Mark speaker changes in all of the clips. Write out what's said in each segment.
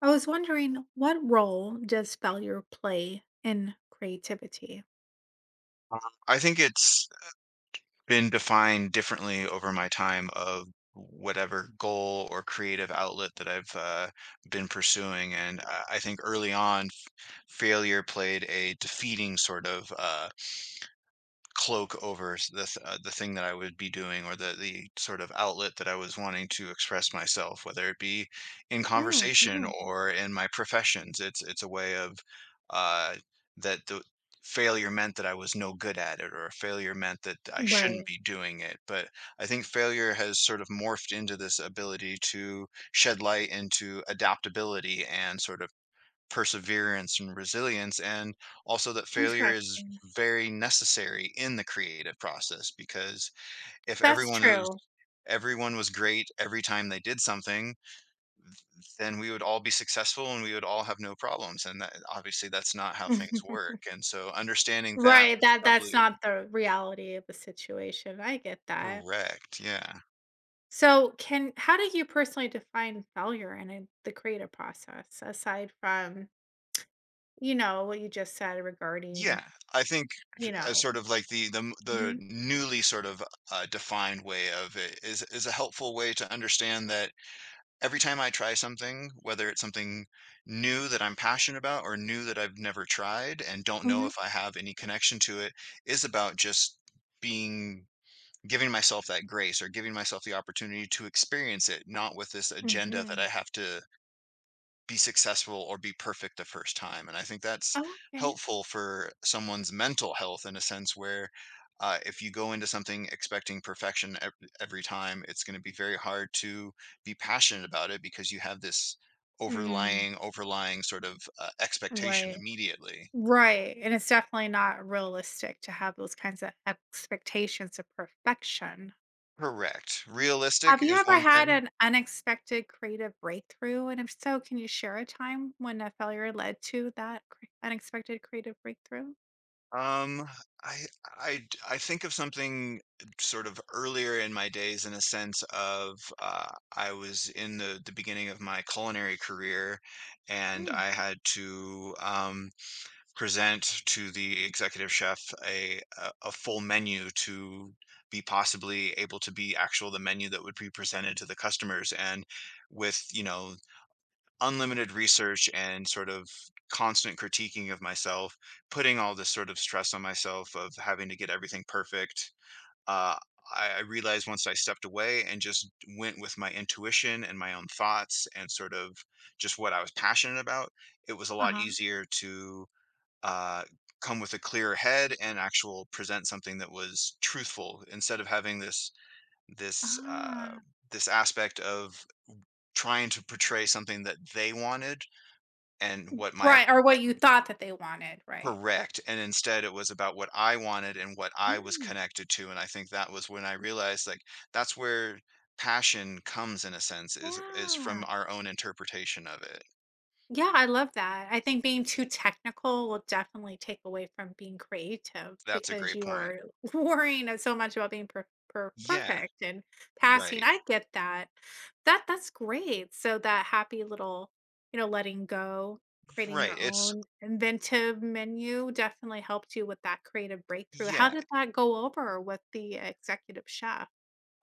Speaker 1: I was wondering, what role does failure play in creativity?
Speaker 2: Um, I think it's been defined differently over my time of whatever goal or creative outlet that I've been pursuing. And I think early on, failure played a defeating sort of cloak over the thing that I would be doing or the sort of outlet that I was wanting to express myself, whether it be in conversation
Speaker 1: Mm-hmm.
Speaker 2: or in my professions. It's a way of uh, that the failure meant that I was no good at it, or failure meant that I
Speaker 1: Right.
Speaker 2: shouldn't be doing it. But I think failure has sort of morphed into this ability to shed light into adaptability and sort of perseverance and resilience and also that failure is
Speaker 1: Interesting.
Speaker 2: very necessary in the creative process because if
Speaker 1: That's
Speaker 2: everyone was
Speaker 1: true.
Speaker 2: everyone was great every time they did something, then we would all be successful and we would all have no problems, and that obviously that's not how things work. And so understanding that
Speaker 1: Right,
Speaker 2: was
Speaker 1: that's
Speaker 2: probably a
Speaker 1: not the reality of the situation. I get that.
Speaker 2: correct, yeah.
Speaker 1: So, can how do you personally define failure in the creative process aside from, what you just said regarding,
Speaker 2: Yeah, I think
Speaker 1: you
Speaker 2: as
Speaker 1: know,
Speaker 2: sort of like the
Speaker 1: hmm
Speaker 2: newly sort of defined way of it is a helpful way to understand that every time I try something, whether it's something new that I'm passionate about or new that I've never tried and don't know
Speaker 1: hmm
Speaker 2: if I have any connection to it, is about just being giving myself that grace or giving myself the opportunity to experience it, not with this agenda that
Speaker 1: Mm-hmm.
Speaker 2: I have to be successful or be perfect the first time. And I think that's
Speaker 1: Oh, okay.
Speaker 2: helpful for someone's mental health in a sense where, if you go into something expecting perfection every time, it's going to be very hard to be passionate about it because you have this
Speaker 1: Mm,
Speaker 2: overlying sort of expectation
Speaker 1: right.
Speaker 2: immediately.
Speaker 1: Right, and it's definitely not realistic to have those kinds of expectations of perfection.
Speaker 2: Correct. Realistic
Speaker 1: Have you
Speaker 2: is
Speaker 1: ever
Speaker 2: one
Speaker 1: had
Speaker 2: thing.
Speaker 1: an unexpected creative breakthrough? And if so, can you share a time when a failure led to that unexpected creative breakthrough?
Speaker 2: Um, I I think of something sort of earlier in my days in a sense of, I was in the beginning of my culinary career, and
Speaker 1: Mm.
Speaker 2: I had to present to the executive chef a full menu to be possibly able to be actual the menu that would be presented to the customers, and with, you know, unlimited research and sort of constant critiquing of myself, putting all this sort of stress on myself of having to get everything perfect. Uh, I realized once I stepped away and just went with my intuition and my own thoughts and sort of just what I was passionate about, it was a lot
Speaker 1: Uh-huh.
Speaker 2: easier to uh, come with a clear head and actual present something that was truthful instead of having this uh,
Speaker 1: Ah.
Speaker 2: this aspect of trying to portray something that they wanted and what my ex
Speaker 1: Right, or what
Speaker 2: what
Speaker 1: you thought that they wanted, right?
Speaker 2: correct, and instead it was about what I wanted and what I was
Speaker 1: Mm,
Speaker 2: connected to, and I think that was when I realized, like, that's where passion comes in a sense is from
Speaker 1: yeah.
Speaker 2: our own interpretation of it.
Speaker 1: Yeah, I love that. I think being too technical will definitely take away from being creative
Speaker 2: That's a
Speaker 1: because
Speaker 2: great
Speaker 1: you
Speaker 2: point.
Speaker 1: are worrying so much about being
Speaker 2: Yeah,
Speaker 1: perfect and passing.
Speaker 2: right,
Speaker 1: I get that. That that's great. So that happy little, letting go, creating
Speaker 2: right,
Speaker 1: your own inventive menu definitely helped you with that creative breakthrough. How
Speaker 2: yeah,
Speaker 1: did that go over with the executive chef?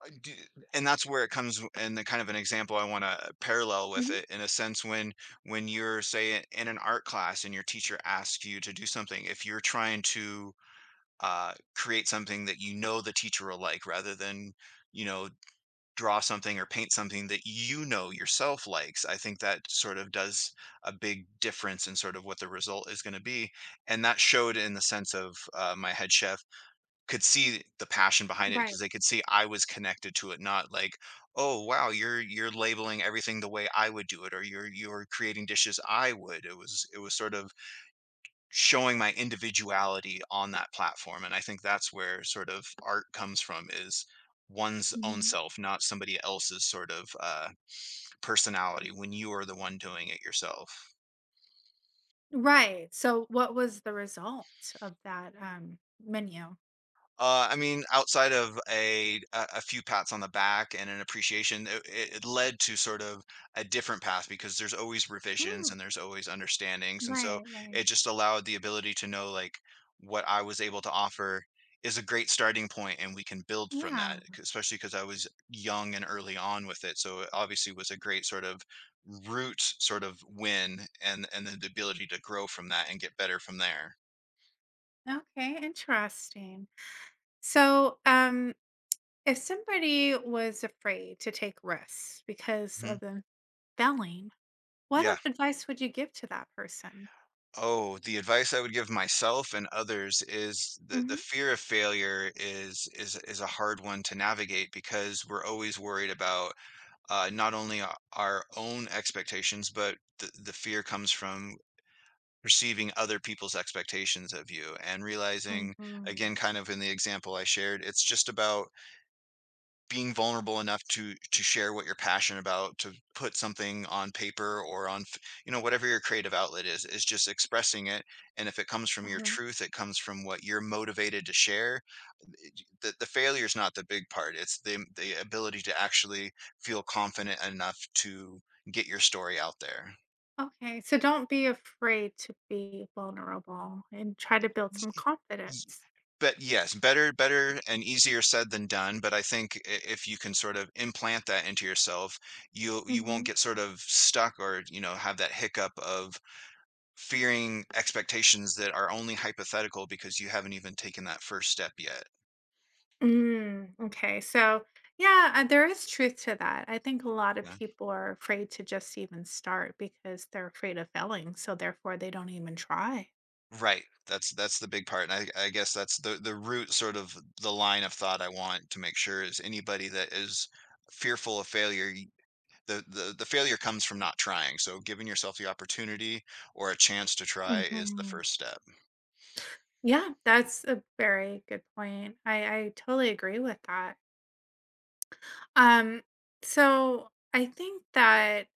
Speaker 2: I do, and that's where it comes and the kind of an example I wanna parallel with
Speaker 1: Hmm.
Speaker 2: it in a sense when you're, say, in an art class and your teacher asks you to do something, if you're trying to create something that you know the teacher will like rather than, you know, draw something or paint something that you know yourself likes. I think that sort of does a big difference in sort of what the result is going to be. And that showed in the sense of, my head chef could see the passion behind it
Speaker 1: Right.
Speaker 2: because they could see I was connected to it, not like, "Oh wow, you're labeling everything the way I would do it," or you're creating dishes I would." It was sort of showing my individuality on that platform. And I think that's where sort of art comes from, is one's own
Speaker 1: Mhm.
Speaker 2: self, not somebody else's sort of personality when you are the one doing it yourself.
Speaker 1: Right. So what was the result of that menu?
Speaker 2: I mean, outside of a few pats on the back and an appreciation, it led to sort of a different path because there's always revisions
Speaker 1: Mm,
Speaker 2: and there's always understandings, and so
Speaker 1: right, right.
Speaker 2: it just allowed the ability to know, like, what I was able to offer is a great starting point, and we can build from
Speaker 1: Yeah.
Speaker 2: that. Especially because I was young and early on with it, so it obviously was a great sort of root sort of win and the ability to grow from that and get better from there.
Speaker 1: Okay, interesting. So, if somebody was afraid to take risks because
Speaker 2: Mhm.
Speaker 1: of them failing, what
Speaker 2: Yeah.
Speaker 1: advice would you give to that person?
Speaker 2: Oh, the advice I would give myself and others is
Speaker 1: Hmm.
Speaker 2: the fear of failure is a hard one to navigate because we're always worried about, not only our own expectations, but the fear comes from perceiving other people's expectations of you and realizing,
Speaker 1: Hmm.
Speaker 2: again, kind of in the example I shared, it's just about being vulnerable enough to share what you're passionate about, to put something on paper or on you know, whatever your creative outlet is just expressing it. And if it comes from your
Speaker 1: Uh.
Speaker 2: truth, it comes from what you're motivated to share. The failure is not the big part, it's the ability to actually feel confident enough to get your story out there.
Speaker 1: Okay, so don't be afraid to be vulnerable and try to build some confidence.
Speaker 2: But yes, better and easier said than done. But I think if you can sort of implant that into yourself, you won't
Speaker 1: Mhm.
Speaker 2: get sort of stuck or, you know, have that hiccup of fearing expectations that are only hypothetical because you haven't even taken that first step yet.
Speaker 1: Mm, okay. So, yeah, there is truth to that. I think a lot of
Speaker 2: Yeah.
Speaker 1: people are afraid to just even start because they're afraid of failing. So, therefore, they don't even try.
Speaker 2: Right. That's the big part. And I guess that's the root sort of the line of thought I want to make sure is anybody that is fearful of failure, the failure comes from not trying. So giving yourself the opportunity or a chance to try is the
Speaker 1: Hmm.
Speaker 2: first step.
Speaker 1: Yeah, that's a very good point. I totally agree with that. Um, so, I think that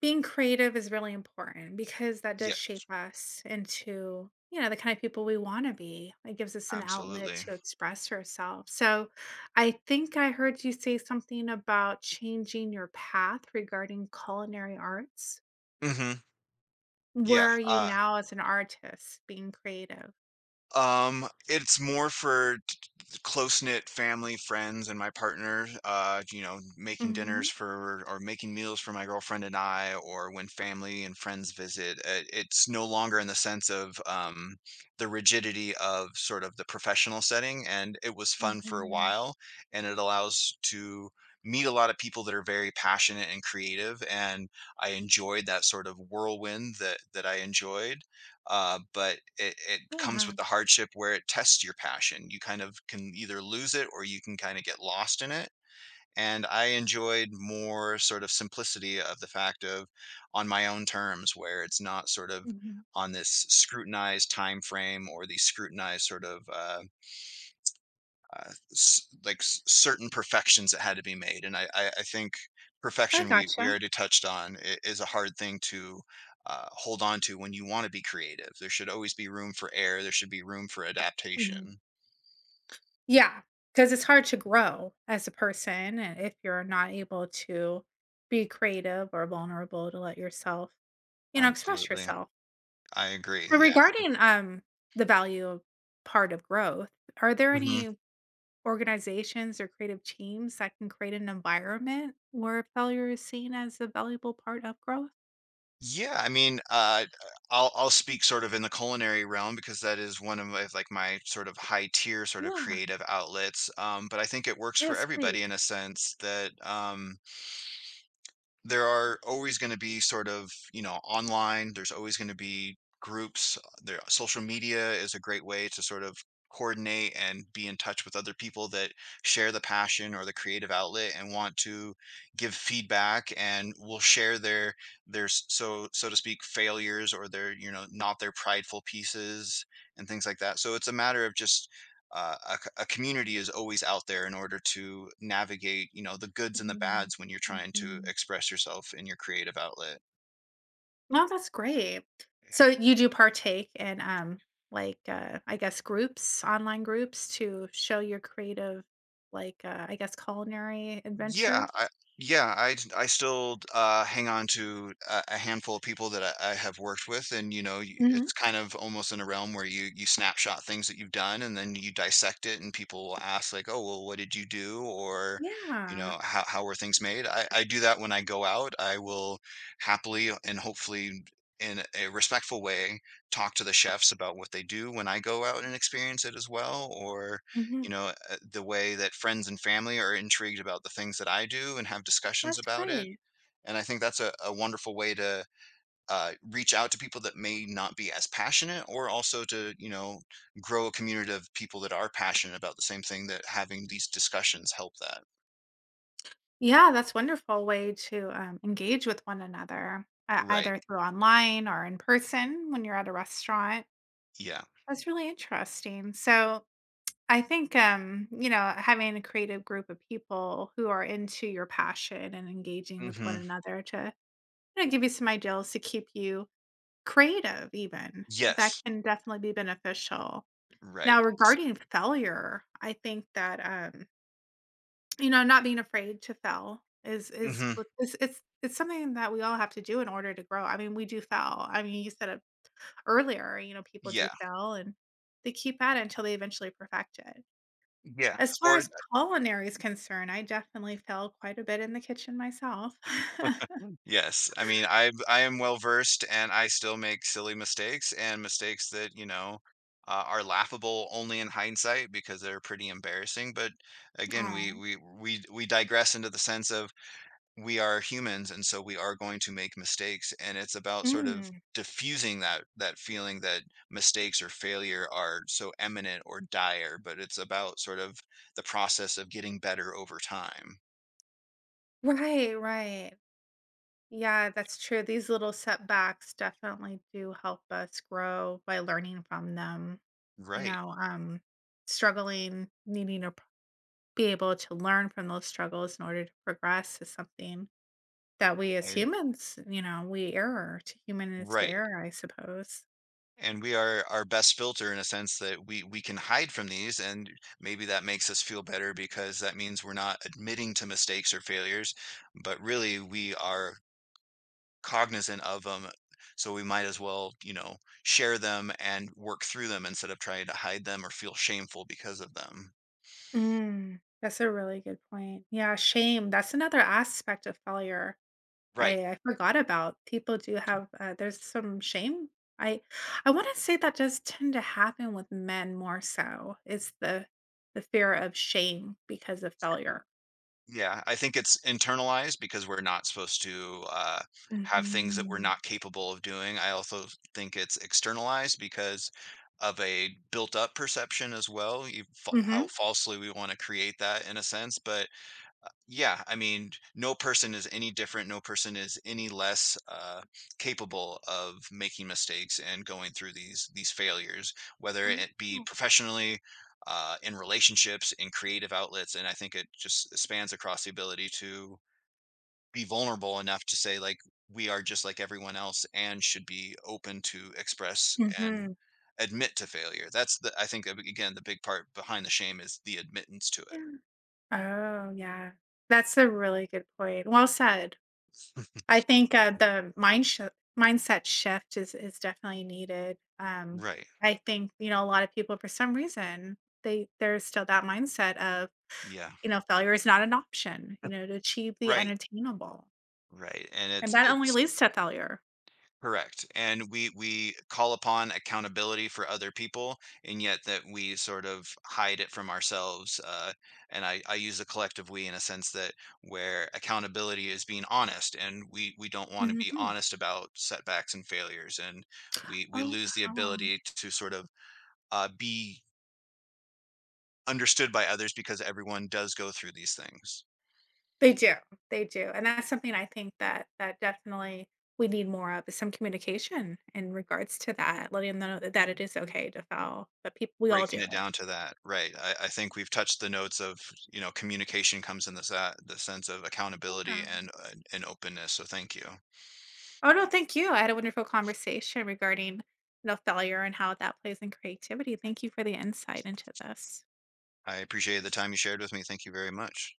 Speaker 1: being creative is really important because that does
Speaker 2: Yes,
Speaker 1: shape us into, you know, the kind of people we want to be. It gives us an outlet
Speaker 2: absolutely.
Speaker 1: to express ourselves. So I think I heard you say something about changing your path regarding culinary arts.
Speaker 2: Hmm.
Speaker 1: Where
Speaker 2: Yeah.
Speaker 1: are you now as an artist being creative?
Speaker 2: It's more for close knit family, friends, and my partner. You know, making
Speaker 1: Hmm.
Speaker 2: dinners for or making meals for my girlfriend and I, or when family and friends visit. It's no longer in the sense of the rigidity of sort of the professional setting, and it was fun for a
Speaker 1: Hmm.
Speaker 2: while, and it allows to meet a lot of people that are very passionate and creative, and I enjoyed that sort of whirlwind, that I enjoyed. But it comes
Speaker 1: Yeah.
Speaker 2: with the hardship where it tests your passion. You kind of can either lose it or you can kind of get lost in it. And I enjoyed more sort of simplicity of the fact of on my own terms, where it's not sort of
Speaker 1: Hmm.
Speaker 2: on this scrutinized time frame or these scrutinized sort of like certain perfections that had to be made. And I think
Speaker 1: I
Speaker 2: perfection, we
Speaker 1: gotcha.
Speaker 2: already touched on is a hard thing to hold on to when you want to be creative. There should always be room for error. There should be room for
Speaker 1: Mm-hmm.
Speaker 2: adaptation.
Speaker 1: Yeah, because it's hard to grow as a person, and if you're not able to be creative or vulnerable to let yourself, you know, express
Speaker 2: Absolutely.
Speaker 1: yourself.
Speaker 2: I agree.
Speaker 1: So
Speaker 2: Yeah.
Speaker 1: regarding, the value part of growth, are there
Speaker 2: Hmm.
Speaker 1: any organizations or creative teams that can create an environment where failure is seen as a valuable part of growth?
Speaker 2: Yeah. I mean, uh, I'll speak sort of in the culinary realm because that is one of my, like my sort of high tier sort of
Speaker 1: Yeah.
Speaker 2: creative outlets. But I think it works for
Speaker 1: Yes, please.
Speaker 2: everybody in a sense that, there are always going to be sort of, you know, online there's always going to be groups. There, social media is a great way to sort of coordinate and be in touch with other people that share the passion or the creative outlet and want to give feedback and will share their so so to speak failures, or their, you know, not their prideful pieces and things like that. So it's a matter of just, uh, a community is always out there in order to navigate, you know, the goods and the
Speaker 1: Mhm.
Speaker 2: bads when you're trying to
Speaker 1: Mhm.
Speaker 2: express yourself in your creative outlet.
Speaker 1: No, that's great. So
Speaker 2: Yeah.
Speaker 1: you do partake in, like, I guess, groups, online groups to show your creative, like, I guess, culinary
Speaker 2: Yeah,
Speaker 1: adventures?
Speaker 2: I yeah, I I still hang on to a handful of people that I have worked with, and you know,
Speaker 1: Mhm.
Speaker 2: it's kind of almost in a realm where you snapshot things that you've done, and then you dissect it, and people will ask like, "Oh, well, what did you do?" or, you
Speaker 1: Yeah.
Speaker 2: know, How were things made?" I do that when I go out. I will happily and hopefully in a respectful way talk to the chefs about what they do when I go out and experience it as well, or
Speaker 1: Mhm.
Speaker 2: you know, the way that friends and family are intrigued about the things that I do and have discussions
Speaker 1: That's
Speaker 2: about it.
Speaker 1: great.
Speaker 2: And I think that's a wonderful way to reach out to people that may not be as passionate, or also to, you know, grow a community of people that are passionate about the same thing, that having these discussions help that.
Speaker 1: Yeah, that's wonderful way to, engage with one another, e
Speaker 2: Right.
Speaker 1: either through online or in person when you're at a restaurant.
Speaker 2: Yeah.
Speaker 1: That's really interesting. So I think, you know, having a creative group of people who are into your passion and engaging with one
Speaker 2: Hmm.
Speaker 1: another to, you know, give you some ideals to keep you creative, even that
Speaker 2: Yes.
Speaker 1: can definitely be beneficial.
Speaker 2: Right.
Speaker 1: Now,
Speaker 2: It's,
Speaker 1: regarding failure, I think that, you know, not being afraid to fail is is
Speaker 2: hmm.
Speaker 1: what- is it's something that we all have to do in order to grow. I mean, we do fail. I mean, you said it earlier. You know, people do
Speaker 2: Yeah.
Speaker 1: fail and they keep at it until they eventually perfect it.
Speaker 2: Yeah.
Speaker 1: As far
Speaker 2: Or
Speaker 1: as culinary is concerned, I definitely fell quite a bit in the kitchen myself.
Speaker 2: yes, I mean, I am well versed and I still make silly mistakes and mistakes that, you know, are laughable only in hindsight because they're pretty embarrassing. But again, we
Speaker 1: Oh.
Speaker 2: we we we digress into the sense of we are humans, and so we are going to make mistakes, and it's about sort of
Speaker 1: Mm.
Speaker 2: diffusing that feeling that mistakes or failure are so eminent or dire, but it's about sort of the process of getting better over time.
Speaker 1: Right, right. Yeah, that's true. These little setbacks definitely do help us grow by learning from them. You
Speaker 2: Right.
Speaker 1: know, struggling, needing to p be able to learn from those struggles in order to progress is something that we as
Speaker 2: I,
Speaker 1: humans, you know, we err to human is to
Speaker 2: right.
Speaker 1: err, I suppose.
Speaker 2: And we are our best filter in a sense that we can hide from these, and maybe that makes us feel better because that means we're not admitting to mistakes or failures, but really we are cognizant of them. So we might as well, you know, share them and work through them instead of trying to hide them or feel shameful because of them.
Speaker 1: Mm, that's a really good point. Yeah, shame. That's another aspect of failure.
Speaker 2: Right.
Speaker 1: I forgot about. People do have there's some shame. I I want to say that does tend to happen with men more so. It's the fear of shame because of failure.
Speaker 2: Yeah, I think it's internalized because we're not supposed to have things that we're
Speaker 1: Mhm.
Speaker 2: not capable of doing. I also think it's externalized because of a built up perception as well. You, how
Speaker 1: Mhm.
Speaker 2: falsely we want to create that in a sense. But yeah, I mean, no person is any different. No person is any less capable of making mistakes and going through these failures, whether
Speaker 1: Wow.
Speaker 2: it be professionally, in relationships, in creative outlets. And I think it just spans across the ability to be vulnerable enough to say, like, we are just like everyone else, and should be open to express and
Speaker 1: Mhm.
Speaker 2: admit to failure. That's the I think, again, the big part behind the shame is the admittance to it.
Speaker 1: Yeah. Oh, yeah. That's a really good point. Well said. I think, the mindset shift is definitely needed.
Speaker 2: Right.
Speaker 1: I think, you know, a lot of people, for some reason, they there's still that mindset of,
Speaker 2: Yeah.
Speaker 1: you know, failure is not an option, you know, to achieve the
Speaker 2: Right.
Speaker 1: unattainable,
Speaker 2: Right, and
Speaker 1: and
Speaker 2: it's
Speaker 1: that only
Speaker 2: it's
Speaker 1: leads to failure.
Speaker 2: correct, and we call upon accountability for other people, and yet that we sort of hide it from ourselves, and I use the collective we in a sense that where accountability is being honest, and we don't want to be
Speaker 1: Mhm.
Speaker 2: honest about setbacks and failures, and we
Speaker 1: Oh,
Speaker 2: lose the
Speaker 1: wow.
Speaker 2: ability to sort of, be understood by others because everyone does go through these things.
Speaker 1: They do, they do, and that's something I think that definitely we need more of is some communication in regards to that, letting them know that it is okay to fail, but people, we all do
Speaker 2: Breaking it
Speaker 1: it.
Speaker 2: down to that, right. I think we've touched the notes of, you know, communication comes in the sense of accountability
Speaker 1: Yeah.
Speaker 2: and openness, so thank you.
Speaker 1: Oh, no, thank you. I had a wonderful conversation regarding, you know, failure and how that plays in creativity. Thank you for the insight into this.
Speaker 2: I appreciate the time you shared with me, thank you very much.